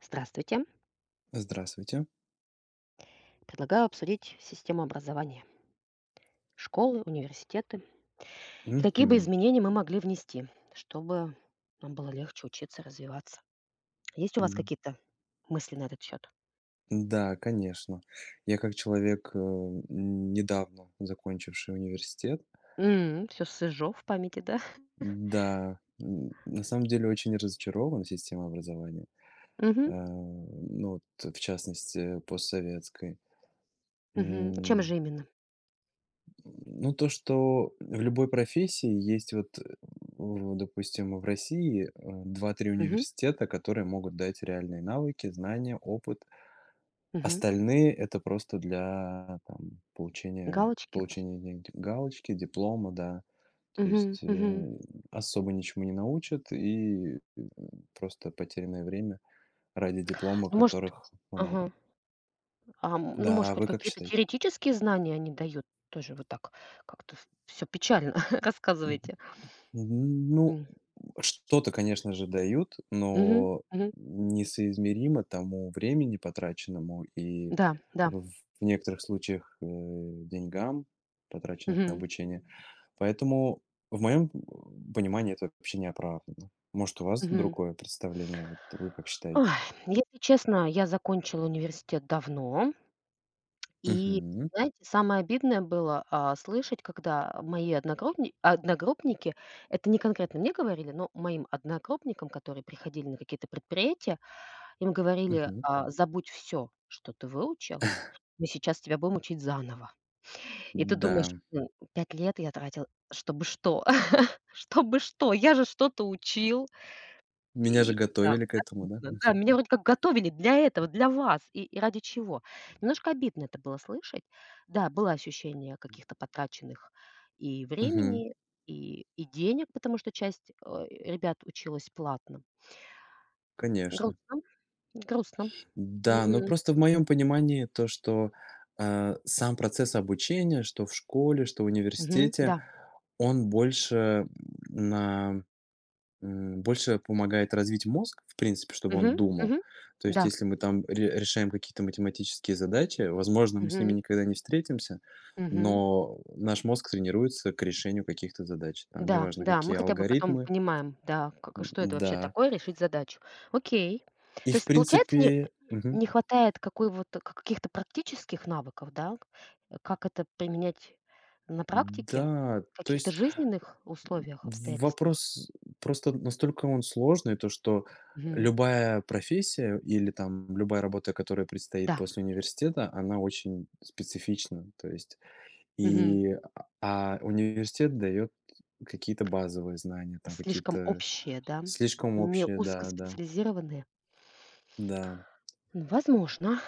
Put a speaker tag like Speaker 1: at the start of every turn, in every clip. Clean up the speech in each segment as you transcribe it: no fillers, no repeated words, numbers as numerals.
Speaker 1: Здравствуйте.
Speaker 2: Здравствуйте.
Speaker 1: Предлагаю обсудить систему образования, школы, университеты и какие бы
Speaker 2: Мгм.
Speaker 1: изменения мы могли внести, чтобы нам было легче учиться, развиваться. Есть у вас
Speaker 2: М,
Speaker 1: какие-то мысли на этот счет?
Speaker 2: да, конечно. Я как человек, э, н недавно закончивший университет,
Speaker 1: Все всё в памяти, да?
Speaker 2: да, на самом деле очень разочарован системой образования,
Speaker 1: Мгм,
Speaker 2: ну, вот в частности постсоветской.
Speaker 1: мгм. Чем
Speaker 2: М,
Speaker 1: же именно?
Speaker 2: ну, то, что в любой профессии есть вот, э, в допустим, в России, два-три
Speaker 1: Мгм,
Speaker 2: университета, которые могут дать реальные навыки, знания, опыт.
Speaker 1: мгм.
Speaker 2: Остальные- это просто для, там, получения
Speaker 1: Галочки?
Speaker 2: получения денег галочки, диплома, да. То
Speaker 1: Мгм,
Speaker 2: есть,
Speaker 1: мгм.
Speaker 2: особо ничему не научат, и, просто потерянное время ради диплома,
Speaker 1: Ну, может
Speaker 2: которых много.
Speaker 1: Ага. Ну,
Speaker 2: Да,
Speaker 1: может,
Speaker 2: а
Speaker 1: хоть
Speaker 2: вы как
Speaker 1: какие-то
Speaker 2: считаете?
Speaker 1: теоретические знания они дают? Тоже вот так как-то все печально рассказываете.
Speaker 2: Ну,
Speaker 1: М.
Speaker 2: что-то, конечно же, дают,
Speaker 1: Мгм,
Speaker 2: но
Speaker 1: мгм.
Speaker 2: несоизмеримо тому времени потраченному и
Speaker 1: Да, да.
Speaker 2: в в некоторых случаях, деньгам, потраченных на
Speaker 1: Мгм,
Speaker 2: обучение. Поэтому в моем понимании это вообще неоправданно. Может, у вас
Speaker 1: мгм.
Speaker 2: другое представление? Вот вы как
Speaker 1: Ой,
Speaker 2: считаете?
Speaker 1: если честно, я закончила университет давно. И,
Speaker 2: Мгм,
Speaker 1: знаете, самое обидное было, слышать, когда мои одногруппники, это не конкретно мне говорили, но моим одногруппникам, которые приходили на какие-то предприятия, им говорили:
Speaker 2: мгм.
Speaker 1: "А, забудь все что ты выучил, мы сейчас тебя будем учить заново". И ты думаешь:
Speaker 2: Да.
Speaker 1: 5 лет я тратил, чтобы что? Чтобы что? Я же что-то учил".
Speaker 2: Меня же
Speaker 1: И да,
Speaker 2: готовили к этому, да?
Speaker 1: обидно.
Speaker 2: Мгм.
Speaker 1: Да, меня вроде как готовили для этого, для вас. И ради чего? Немножко обидно это было слышать. Да, было ощущение каких-то потраченных и
Speaker 2: Мгм.
Speaker 1: времени, и денег, потому что часть, ребят училась платно.
Speaker 2: Конечно.
Speaker 1: Грустно, грустно.
Speaker 2: Да, но
Speaker 1: Мгм.
Speaker 2: просто в моем понимании то, что, сам процесс обучения, что в школе, что в
Speaker 1: Мгм.
Speaker 2: университете,
Speaker 1: Да.
Speaker 2: он больше на больше помогает развить мозг, в принципе, чтобы он
Speaker 1: Мгм.
Speaker 2: думал.
Speaker 1: Мгм.
Speaker 2: То есть,
Speaker 1: Да.
Speaker 2: если мы там ре решаем какие-то математические задачи, возможно, мы с ними
Speaker 1: Мгм.
Speaker 2: никогда не встретимся,
Speaker 1: Мгм.
Speaker 2: но наш мозг тренируется к решению каких-то задач. Там
Speaker 1: Да,
Speaker 2: неважно,
Speaker 1: да, мы
Speaker 2: какие
Speaker 1: хотя бы потом
Speaker 2: алгоритмы.
Speaker 1: понимаем, да, как что это вообще
Speaker 2: Да.
Speaker 1: такое, решить задачу. Окей.
Speaker 2: И
Speaker 1: То
Speaker 2: в
Speaker 1: есть, получается, не
Speaker 2: принципе мгм.
Speaker 1: не хватает какой вот к каких-то практических навыков, да? Как это применять на практике,
Speaker 2: Да,
Speaker 1: в
Speaker 2: то
Speaker 1: каких-то
Speaker 2: есть
Speaker 1: жизненных условиях, обстоятельствах?
Speaker 2: вопрос просто настолько он сложный, то что
Speaker 1: Мгм.
Speaker 2: любая профессия или там любая работа, которая предстоит
Speaker 1: Да.
Speaker 2: после университета, она очень специфична. То есть
Speaker 1: Мгм.
Speaker 2: и, а университет дает какие-то базовые знания, там
Speaker 1: Слишком
Speaker 2: какие-то
Speaker 1: общие, да?
Speaker 2: слишком
Speaker 1: Не
Speaker 2: общие,
Speaker 1: узкоспециализированные?
Speaker 2: да.
Speaker 1: Ну, возможно,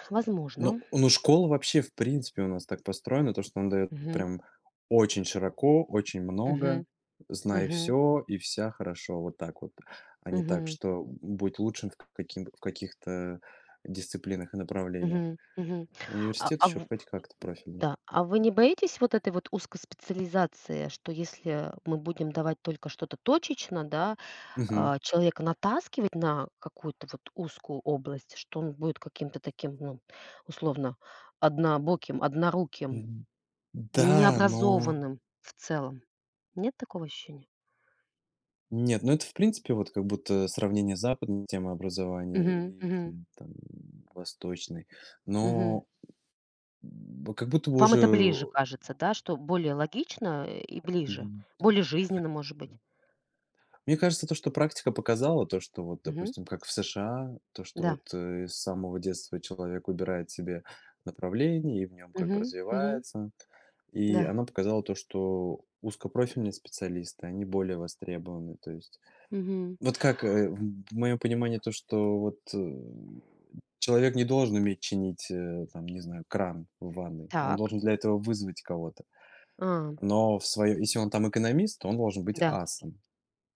Speaker 2: Ну
Speaker 1: возможно.
Speaker 2: ну, школа вообще, в принципе, у нас так построена, то, что он дает
Speaker 1: Мгм.
Speaker 2: прям очень широко, очень много,
Speaker 1: Мгм.
Speaker 2: знай
Speaker 1: Мгм.
Speaker 2: все и вся хорошо. Вот так вот. А не так,
Speaker 1: Мгм.
Speaker 2: что будь лучшим в каким в каких-то дисциплинах и направлениях.
Speaker 1: Мгм. Мгм.
Speaker 2: Университет
Speaker 1: А
Speaker 2: еще
Speaker 1: в
Speaker 2: хоть как-то профильно.
Speaker 1: Да, а вы не боитесь вот этой вот узкоспециализации, что если мы будем давать только что-то точечно, да,
Speaker 2: Мгм.
Speaker 1: человека натаскивать на какую-то вот узкую область, что он будет каким-то таким, ну, условно, однобоким, одноруким,
Speaker 2: М, да, но
Speaker 1: необразованным в целом? Нет такого ощущения?
Speaker 2: нет, ну, это, в принципе, вот как будто сравнение западной темы образования
Speaker 1: Мгм,
Speaker 2: и
Speaker 1: мгм,
Speaker 2: там восточной.
Speaker 1: мгм.
Speaker 2: Но, как будто бы
Speaker 1: Вам это
Speaker 2: уже.
Speaker 1: ближе кажется, да, что более логично, и ближе, более жизненно, может быть?
Speaker 2: Мне кажется, то, что практика показала, то, что вот,
Speaker 1: Мгм.
Speaker 2: допустим, как в США, то, что
Speaker 1: Да.
Speaker 2: вот с самого детства человек выбирает себе направление и в нем как бы
Speaker 1: Мгм, мгм,
Speaker 2: развивается. И
Speaker 1: да.
Speaker 2: она показала то, что узкопрофильные специалисты, они более востребованы. То есть,
Speaker 1: Мгм.
Speaker 2: вот как в моем понимании то, что вот, человек не должен уметь чинить, там, не знаю, кран в ванной. Он
Speaker 1: Так.
Speaker 2: должен для этого вызвать кого-то.
Speaker 1: А,
Speaker 2: Но в свое, если он там экономист, то он должен быть
Speaker 1: да.
Speaker 2: асом.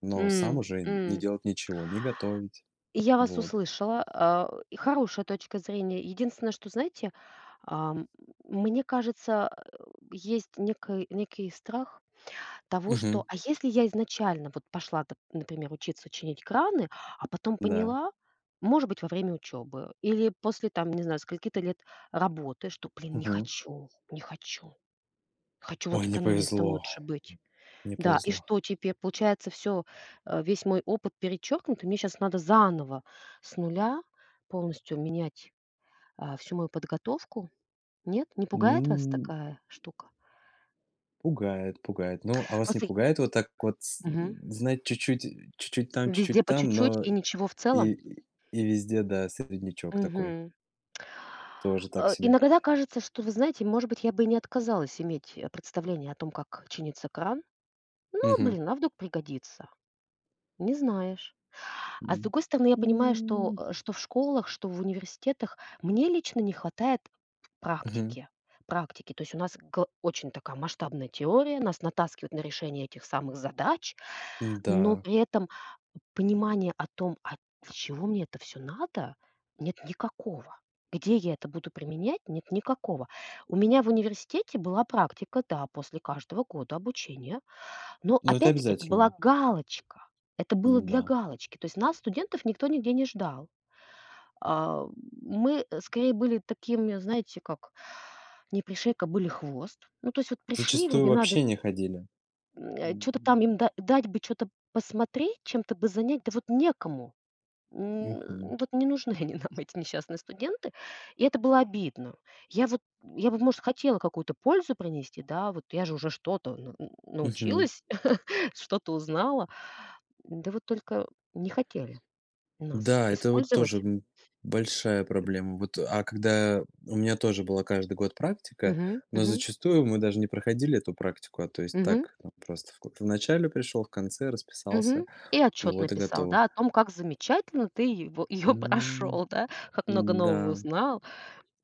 Speaker 2: Но сам
Speaker 1: М,
Speaker 2: уже не
Speaker 1: м.
Speaker 2: делать ничего, не готовить.
Speaker 1: Я вас
Speaker 2: Вот.
Speaker 1: услышала. Хорошая точка зрения. Единственное, что, знаете, ам, мне кажется, есть некий, некий страх того, что,
Speaker 2: Мгм.
Speaker 1: если я изначально вот пошла, например, учиться чинить краны, а потом
Speaker 2: Да.
Speaker 1: поняла, может быть, во время учебы или после, там, не знаю, скольки-то лет работы, что, блин, не
Speaker 2: Мгм.
Speaker 1: хочу, не хочу. Хочу вот
Speaker 2: Ой, не
Speaker 1: экономистом
Speaker 2: повезло,
Speaker 1: лучше быть.
Speaker 2: не
Speaker 1: Да, и
Speaker 2: повезло.
Speaker 1: что теперь получается. Весь мой опыт перечеркнут, и мне сейчас надо заново с нуля полностью менять, всю мою подготовку? Нет? Не пугает вас
Speaker 2: М,
Speaker 1: такая штука?
Speaker 2: Пугает, пугает. Ну, а вас не
Speaker 1: Просто
Speaker 2: пугает вот так вот с
Speaker 1: Мгм.
Speaker 2: знать чуть-чуть,
Speaker 1: Везде
Speaker 2: чуть-чуть
Speaker 1: по
Speaker 2: там,
Speaker 1: чуть-чуть
Speaker 2: но
Speaker 1: и ничего в целом?
Speaker 2: и везде, да, среднячок такой,
Speaker 1: Мгм.
Speaker 2: тоже так себе.
Speaker 1: Иногда кажется, что, вы знаете, может быть, я бы и не отказалась иметь, представление о том, как чинится кран. Но,
Speaker 2: Мгм.
Speaker 1: блин, а вдруг пригодится? Не знаешь. А с
Speaker 2: М.
Speaker 1: другой стороны, я понимаю, что,
Speaker 2: М.
Speaker 1: что в школах, что в университетах мне лично не хватает
Speaker 2: Мгм.
Speaker 1: практики. Практики. То есть у нас очень такая масштабная теория, нас натаскивают на решение этих самых задач, но
Speaker 2: Да.
Speaker 1: при этом понимания о том, для чего мне это все надо, нет никакого. Где я это буду применять, нет никакого. У меня в университете была практика, да, после каждого года обучения, но
Speaker 2: Ну, это
Speaker 1: опять-таки это была
Speaker 2: обязательно.
Speaker 1: галочка. Это было для
Speaker 2: Да.
Speaker 1: галочки. То есть нас, студентов, никто нигде не ждал. А, мы, скорее, были такими, знаете, как не пришей были хвост. Ну, то есть вот пришли,
Speaker 2: Зачастую
Speaker 1: вроде надо,
Speaker 2: вообще не ходили.
Speaker 1: что то там
Speaker 2: М.
Speaker 1: им дать бы что то посмотреть, чем-то бы занять, да вот некому.
Speaker 2: Мгм.
Speaker 1: Вот не нужны они нам, эти несчастные студенты. И это было обидно. Я вот, я бы, может, хотела какую-то пользу принести, да, вот я же уже что-то
Speaker 2: Мгм.
Speaker 1: научилась, что-то узнала. Да вот только не хотели нас
Speaker 2: Да, это вот тоже,
Speaker 1: использовать.
Speaker 2: большая проблема. Вот, а когда у меня тоже была каждый год практика,
Speaker 1: Мгм,
Speaker 2: но
Speaker 1: мгм,
Speaker 2: зачастую мы даже не проходили эту практику, а то есть
Speaker 1: мгм,
Speaker 2: так, там просто в начале пришел, в конце расписался,
Speaker 1: мгм. И отчет
Speaker 2: вот и
Speaker 1: написал,
Speaker 2: готово.
Speaker 1: да, о том, как замечательно ты его, ее
Speaker 2: М,
Speaker 1: прошел, да, как много нового
Speaker 2: да,
Speaker 1: узнал.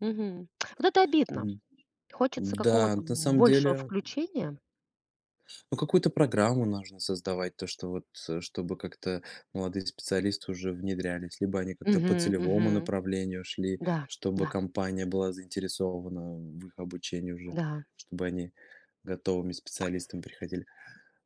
Speaker 1: Мгм. Вот это обидно.
Speaker 2: м,
Speaker 1: Хочется
Speaker 2: да,
Speaker 1: какого-то
Speaker 2: на самом
Speaker 1: большего
Speaker 2: деле.
Speaker 1: включения.
Speaker 2: Ну, какую-то программу нужно создавать, то, что вот, чтобы как-то молодые специалисты уже внедрялись, либо они как-то по
Speaker 1: Мгм,
Speaker 2: целевому
Speaker 1: мгм.
Speaker 2: направлению шли,
Speaker 1: Да, да,
Speaker 2: чтобы компания была заинтересована в их обучении уже,
Speaker 1: да.
Speaker 2: чтобы они готовыми специалистами приходили.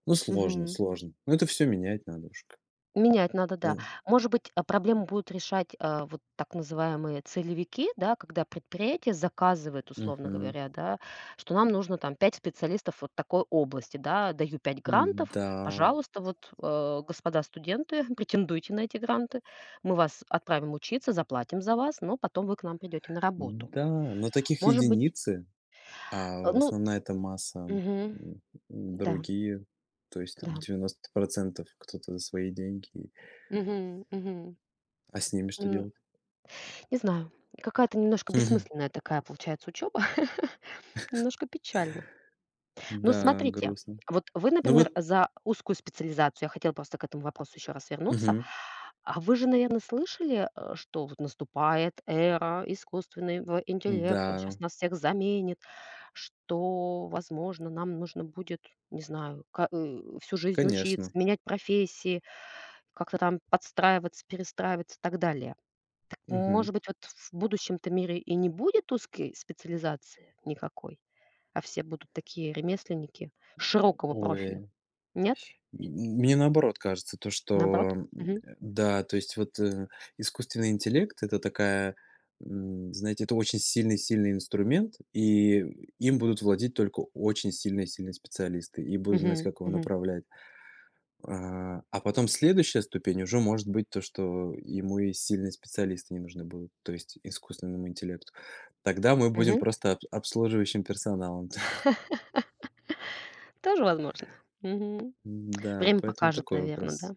Speaker 2: Ну, сложно,
Speaker 1: Мгм.
Speaker 2: сложно. Но это все менять надо уж.
Speaker 1: Менять надо, да.
Speaker 2: Э,
Speaker 1: Может быть, проблему будут решать, вот так называемые целевики, да, когда предприятие заказывает, условно
Speaker 2: Мгм.
Speaker 1: говоря, да, что нам нужно там 5 специалистов вот такой области, да, даю 5 грантов,
Speaker 2: Да,
Speaker 1: пожалуйста, вот, господа студенты, претендуйте на эти гранты, мы вас отправим учиться, заплатим за вас, но потом вы к нам придете на работу.
Speaker 2: да, но таких
Speaker 1: Может быть,
Speaker 2: единицы. А
Speaker 1: ну,
Speaker 2: основная это масса,
Speaker 1: мгм,
Speaker 2: м,
Speaker 1: да,
Speaker 2: другие, то есть там
Speaker 1: да,
Speaker 2: 90% кто-то за свои деньги.
Speaker 1: мгм, мгм.
Speaker 2: А с ними что
Speaker 1: Нем
Speaker 2: делать?
Speaker 1: Не знаю, какая-то немножко
Speaker 2: Мгм.
Speaker 1: бессмысленная такая получается учеба, немножко печально. Но
Speaker 2: Да,
Speaker 1: смотрите,
Speaker 2: грустно.
Speaker 1: вот вы,
Speaker 2: Ну
Speaker 1: например,
Speaker 2: вот
Speaker 1: за узкую специализацию, я хотела просто к этому вопросу еще раз вернуться.
Speaker 2: мгм.
Speaker 1: А вы же, наверное, слышали, что вот наступает эра искусственного интеллекта, он
Speaker 2: Да,
Speaker 1: сейчас нас всех заменит, что, возможно, нам нужно будет, не знаю, всю жизнь учиться,
Speaker 2: конечно.
Speaker 1: менять профессии, как-то там подстраиваться, перестраиваться и так далее. Так,
Speaker 2: Мгм.
Speaker 1: может быть, вот в будущем-то мире и не будет узкой специализации никакой, а все будут такие ремесленники широкого
Speaker 2: Ой,
Speaker 1: профиля?
Speaker 2: м,
Speaker 1: Нет?
Speaker 2: Мне наоборот кажется, то, что,
Speaker 1: Наоборот?
Speaker 2: м,
Speaker 1: Мгм.
Speaker 2: да, то есть вот, искусственный интеллект- это такая, знаете, это очень сильный-сильный инструмент, и им будут владеть только очень сильные-сильные специалисты и будут знать,
Speaker 1: Мгм.
Speaker 2: как его
Speaker 1: Мгм.
Speaker 2: направлять. А потом следующая ступень уже может быть то, что ему и сильные специалисты не нужны будут, то есть искусственному интеллекту. Тогда мы будем
Speaker 1: Мгм.
Speaker 2: просто обслуживающим персоналом.
Speaker 1: Тоже возможно. Мгм.
Speaker 2: Да,
Speaker 1: Время
Speaker 2: поэтому
Speaker 1: покажет,
Speaker 2: такой
Speaker 1: наверное, да?
Speaker 2: вопрос.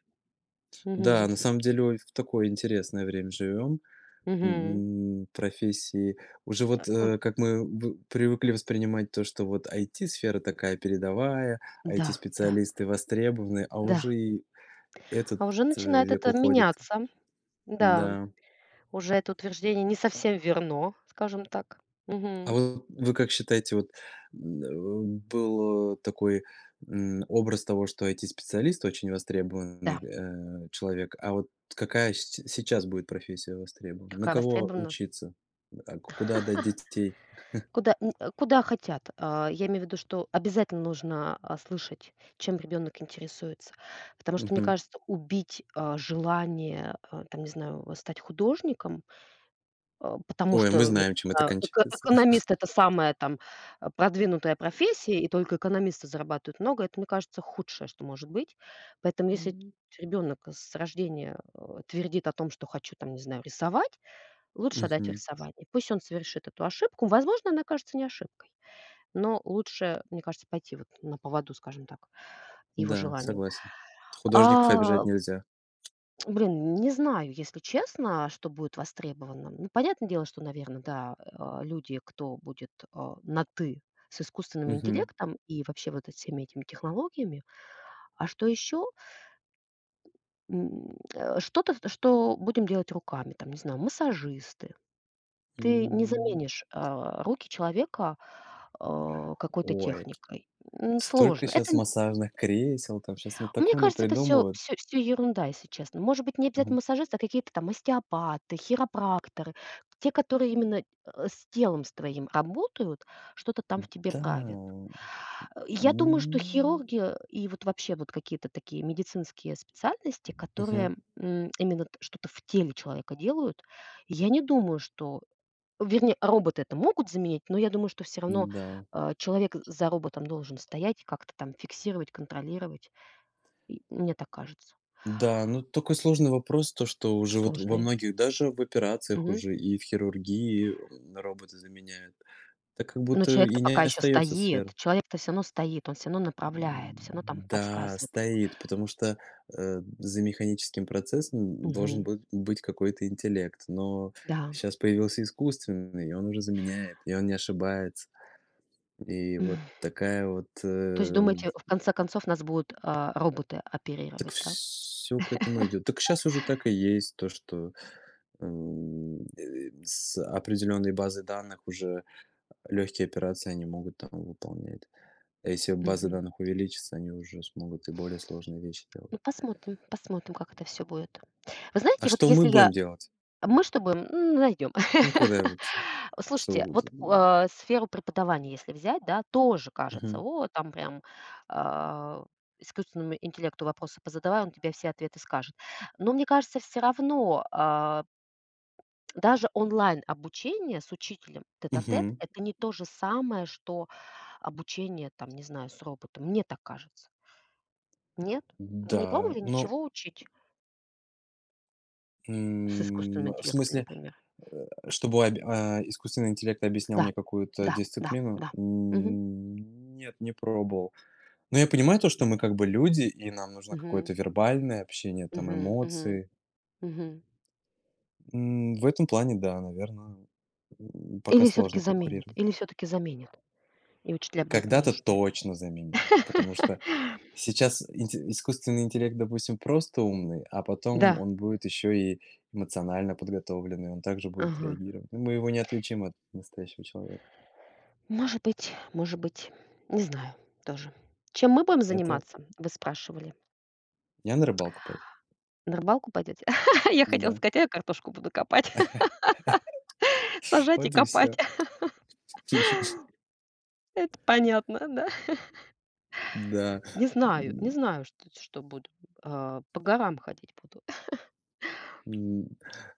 Speaker 2: Да,
Speaker 1: Мгм.
Speaker 2: на самом деле ой, в такое интересное время живем.
Speaker 1: Мгм.
Speaker 2: Профессии. Уже
Speaker 1: Э,
Speaker 2: вот
Speaker 1: м,
Speaker 2: как мы привыкли воспринимать то, что вот IT-сфера такая передовая,
Speaker 1: да, да,
Speaker 2: IT-специалисты востребованы, а
Speaker 1: да.
Speaker 2: уже и этот
Speaker 1: А уже начинает
Speaker 2: век
Speaker 1: это
Speaker 2: уходит.
Speaker 1: меняться. Да,
Speaker 2: Да.
Speaker 1: уже это утверждение не совсем верно, скажем так.
Speaker 2: А
Speaker 1: Мгм.
Speaker 2: вот вы как считаете, был такой, образ того, что IT-специалист очень
Speaker 1: Да,
Speaker 2: востребованный, человек, а вот какая с сейчас будет профессия востребована? На
Speaker 1: какая
Speaker 2: кого
Speaker 1: востребована.
Speaker 2: учиться? А куда отдать детей?
Speaker 1: Куда хотят. Я имею в виду, что обязательно нужно, слышать, чем ребенок интересуется. Потому что, мне
Speaker 2: Мгм.
Speaker 1: кажется, убить, желание, там, не знаю, стать художником, потому
Speaker 2: Ой, мы
Speaker 1: что, я не
Speaker 2: знаем, чем это
Speaker 1: знаю,
Speaker 2: кончается.
Speaker 1: экономист — это самая там, продвинутая профессия, и только экономисты зарабатывают много. Это, мне кажется, худшее, что может быть. Поэтому если
Speaker 2: М.
Speaker 1: ребенок с рождения, твердит о том, что хочу, там, не знаю, рисовать, лучше отдать в
Speaker 2: Мгм.
Speaker 1: рисование. Пусть он совершит эту ошибку. Возможно, она кажется не ошибкой. Но лучше, мне кажется, пойти вот на поводу, скажем так, его
Speaker 2: Да,
Speaker 1: желанию.
Speaker 2: согласен. Художников
Speaker 1: А,
Speaker 2: обижать нельзя.
Speaker 1: Блин, не знаю, если честно, что будет востребовано. Ну, понятное дело, что, наверное, да, люди, кто будет, на ты с искусственным
Speaker 2: Мгм.
Speaker 1: интеллектом и вообще вот всеми этими технологиями. А что еще? Что-то, что будем делать руками, там, не знаю, массажисты. Ты не
Speaker 2: М.
Speaker 1: заменишь, руки человека, какой-то
Speaker 2: Ой,
Speaker 1: техникой.
Speaker 2: столько
Speaker 1: Сложно.
Speaker 2: сейчас массажных кресел, там сейчас на
Speaker 1: Мне
Speaker 2: таком
Speaker 1: кажется, это все
Speaker 2: напридумывают.
Speaker 1: всё всё ерунда, если честно. Может быть, не обязательно
Speaker 2: Мгм.
Speaker 1: массажисты, а какие-то там остеопаты, хиропракторы, те, которые именно, с твоим работают, что-то там в тебе
Speaker 2: Да.
Speaker 1: правят. Я думаю, что
Speaker 2: М,
Speaker 1: хирурги, и вот вообще вот какие-то такие медицинские специальности,
Speaker 2: Мгм.
Speaker 1: которые, именно, т что-то в теле человека делают, я не думаю, что, вернее, роботы это могут заменить, но я думаю, что все равно,
Speaker 2: Да.
Speaker 1: человек за роботом должен стоять и как-то там фиксировать, контролировать. И мне так кажется.
Speaker 2: Да, ну такой сложный вопрос, то что уже вот во
Speaker 1: Сложный.
Speaker 2: многих, даже в операциях
Speaker 1: Мгм.
Speaker 2: уже и в хирургии, роботы заменяют. Так как
Speaker 1: Но
Speaker 2: будто и
Speaker 1: человек-то пока
Speaker 2: не
Speaker 1: еще
Speaker 2: остается
Speaker 1: стоит.
Speaker 2: сфер.
Speaker 1: Человек-то все равно стоит, он все равно направляет, все равно там
Speaker 2: М, да,
Speaker 1: подсказывает.
Speaker 2: стоит, потому что, за механическим процессом должен
Speaker 1: Мгм.
Speaker 2: быть какой-то интеллект, но
Speaker 1: Да.
Speaker 2: сейчас появился искусственный, и он уже заменяет, и он не ошибается. И
Speaker 1: М.
Speaker 2: вот такая вот,
Speaker 1: То есть
Speaker 2: э.
Speaker 1: думаете, в конце концов нас будут, роботы
Speaker 2: Так
Speaker 1: оперировать, да?
Speaker 2: все к этому идет. Так сейчас уже так и есть, то что, с определенной базы данных уже легкие операции они могут там выполнять. А если база
Speaker 1: Мгм.
Speaker 2: данных увеличится, они уже смогут и более сложные вещи делать.
Speaker 1: Ну, посмотрим, посмотрим, как это все будет. Вы
Speaker 2: А
Speaker 1: знаете, вот
Speaker 2: что мы
Speaker 1: если я
Speaker 2: будем делать?
Speaker 1: мы с тобой найдем.
Speaker 2: Ну, когда вот
Speaker 1: Слушайте,
Speaker 2: что.
Speaker 1: вот, сферу преподавания если взять, да, тоже кажется,
Speaker 2: Мгм.
Speaker 1: там прям, а, искусственному интеллекту вопросы позадавай, он тебе все ответы скажет. Но мне кажется, все равно, даже онлайн-обучение с учителем тет-а-тет —
Speaker 2: Мгм.
Speaker 1: это не то же самое, что обучение там, не знаю, с роботом. Мне так кажется. Нет? Вы не
Speaker 2: Да,
Speaker 1: пробовали
Speaker 2: но,
Speaker 1: ничего учить с искусственным
Speaker 2: в
Speaker 1: интеллектом,
Speaker 2: смысле,
Speaker 1: например?
Speaker 2: чтобы искусственный интеллект объяснял
Speaker 1: Да,
Speaker 2: мне какую-то
Speaker 1: да, да,
Speaker 2: дисциплину?
Speaker 1: да. Мгм,
Speaker 2: Нет, не пробовал. Ну, я понимаю то, что мы как бы люди, и нам нужно
Speaker 1: мгм.
Speaker 2: какое-то вербальное общение, там,
Speaker 1: Мгм, мгм,
Speaker 2: эмоции.
Speaker 1: мгм.
Speaker 2: В этом плане, да, наверное, пока
Speaker 1: Или все таки
Speaker 2: сложно
Speaker 1: заменят
Speaker 2: конкурировать.
Speaker 1: или все таки заменят, и учителя будут не
Speaker 2: Когда-то
Speaker 1: нужны.
Speaker 2: точно заменит, потому что сейчас инте искусственный интеллект, допустим, просто умный, а потом
Speaker 1: Да,
Speaker 2: он будет еще и эмоционально подготовленный, он также будет
Speaker 1: ага.
Speaker 2: реагировать. Ну, мы его не отличим от настоящего человека.
Speaker 1: Может быть, не знаю тоже. Чем мы будем
Speaker 2: Это
Speaker 1: заниматься, вы спрашивали?
Speaker 2: я на рыбалку пойду.
Speaker 1: На рыбалку пойдете? Я хотела
Speaker 2: Да,
Speaker 1: сказать: "А я картошку буду копать, сажать и
Speaker 2: вот и
Speaker 1: копать".
Speaker 2: все.
Speaker 1: Это понятно, да.
Speaker 2: Да.
Speaker 1: Не знаю, не знаю, что буду. По горам ходить буду.
Speaker 2: М,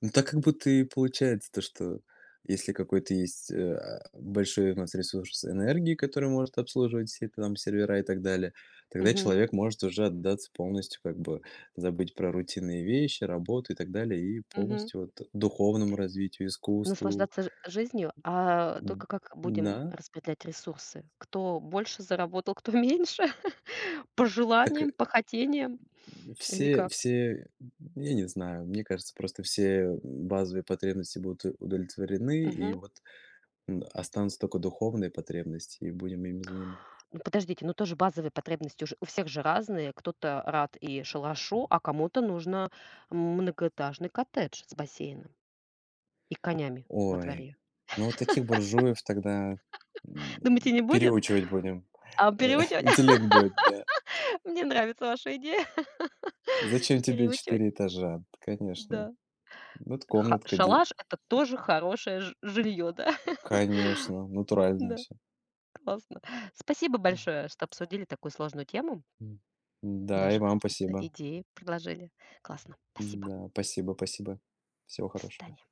Speaker 2: ну, так как будто и получается то, что если какой-то есть, большой у нас ресурс энергии, который может обслуживать все это там сервера и так далее, тогда
Speaker 1: Мгм,
Speaker 2: человек может уже отдаться полностью, как бы забыть про рутинные вещи, работу и так далее, и
Speaker 1: мгм.
Speaker 2: полностью вот духовному развитию, искусству.
Speaker 1: Наслаждаться ж жизнью, а
Speaker 2: М,
Speaker 1: только как будем
Speaker 2: да,
Speaker 1: распределять ресурсы? Кто больше заработал, кто меньше? По
Speaker 2: так, э,
Speaker 1: желаниям, по хотениям или
Speaker 2: все
Speaker 1: как?
Speaker 2: все, я не знаю, мне кажется, просто все базовые потребности будут удовлетворены, и
Speaker 1: Мгм.
Speaker 2: вот Н останутся только духовные потребности, и будем ими заниматься.
Speaker 1: Ну, подождите, ну тоже базовые потребности уже у всех же разные. Кто-то рад и шалашу, а кому-то нужно многоэтажный коттедж с бассейном и конями во
Speaker 2: Ой,
Speaker 1: дворе.
Speaker 2: ну вот таких буржуев тогда,
Speaker 1: Думаете, не будет?
Speaker 2: переучивать будем.
Speaker 1: А переучивать?
Speaker 2: Интеллект будет, да.
Speaker 1: Мне нравится ваша идея.
Speaker 2: Зачем тебе
Speaker 1: Переучивать,
Speaker 2: 4 этажа? Конечно.
Speaker 1: да.
Speaker 2: Вот
Speaker 1: Ха
Speaker 2: комнатка де.
Speaker 1: Это тоже хорошее ж жилье, да?
Speaker 2: Конечно, натуральная
Speaker 1: Да,
Speaker 2: все.
Speaker 1: классно. Спасибо большое, что обсудили такую сложную тему,
Speaker 2: Да, и
Speaker 1: даже
Speaker 2: вам
Speaker 1: какие-то
Speaker 2: спасибо.
Speaker 1: идеи предложили. Классно. Спасибо.
Speaker 2: Да, спасибо. Всего
Speaker 1: До
Speaker 2: хорошего.
Speaker 1: свидания.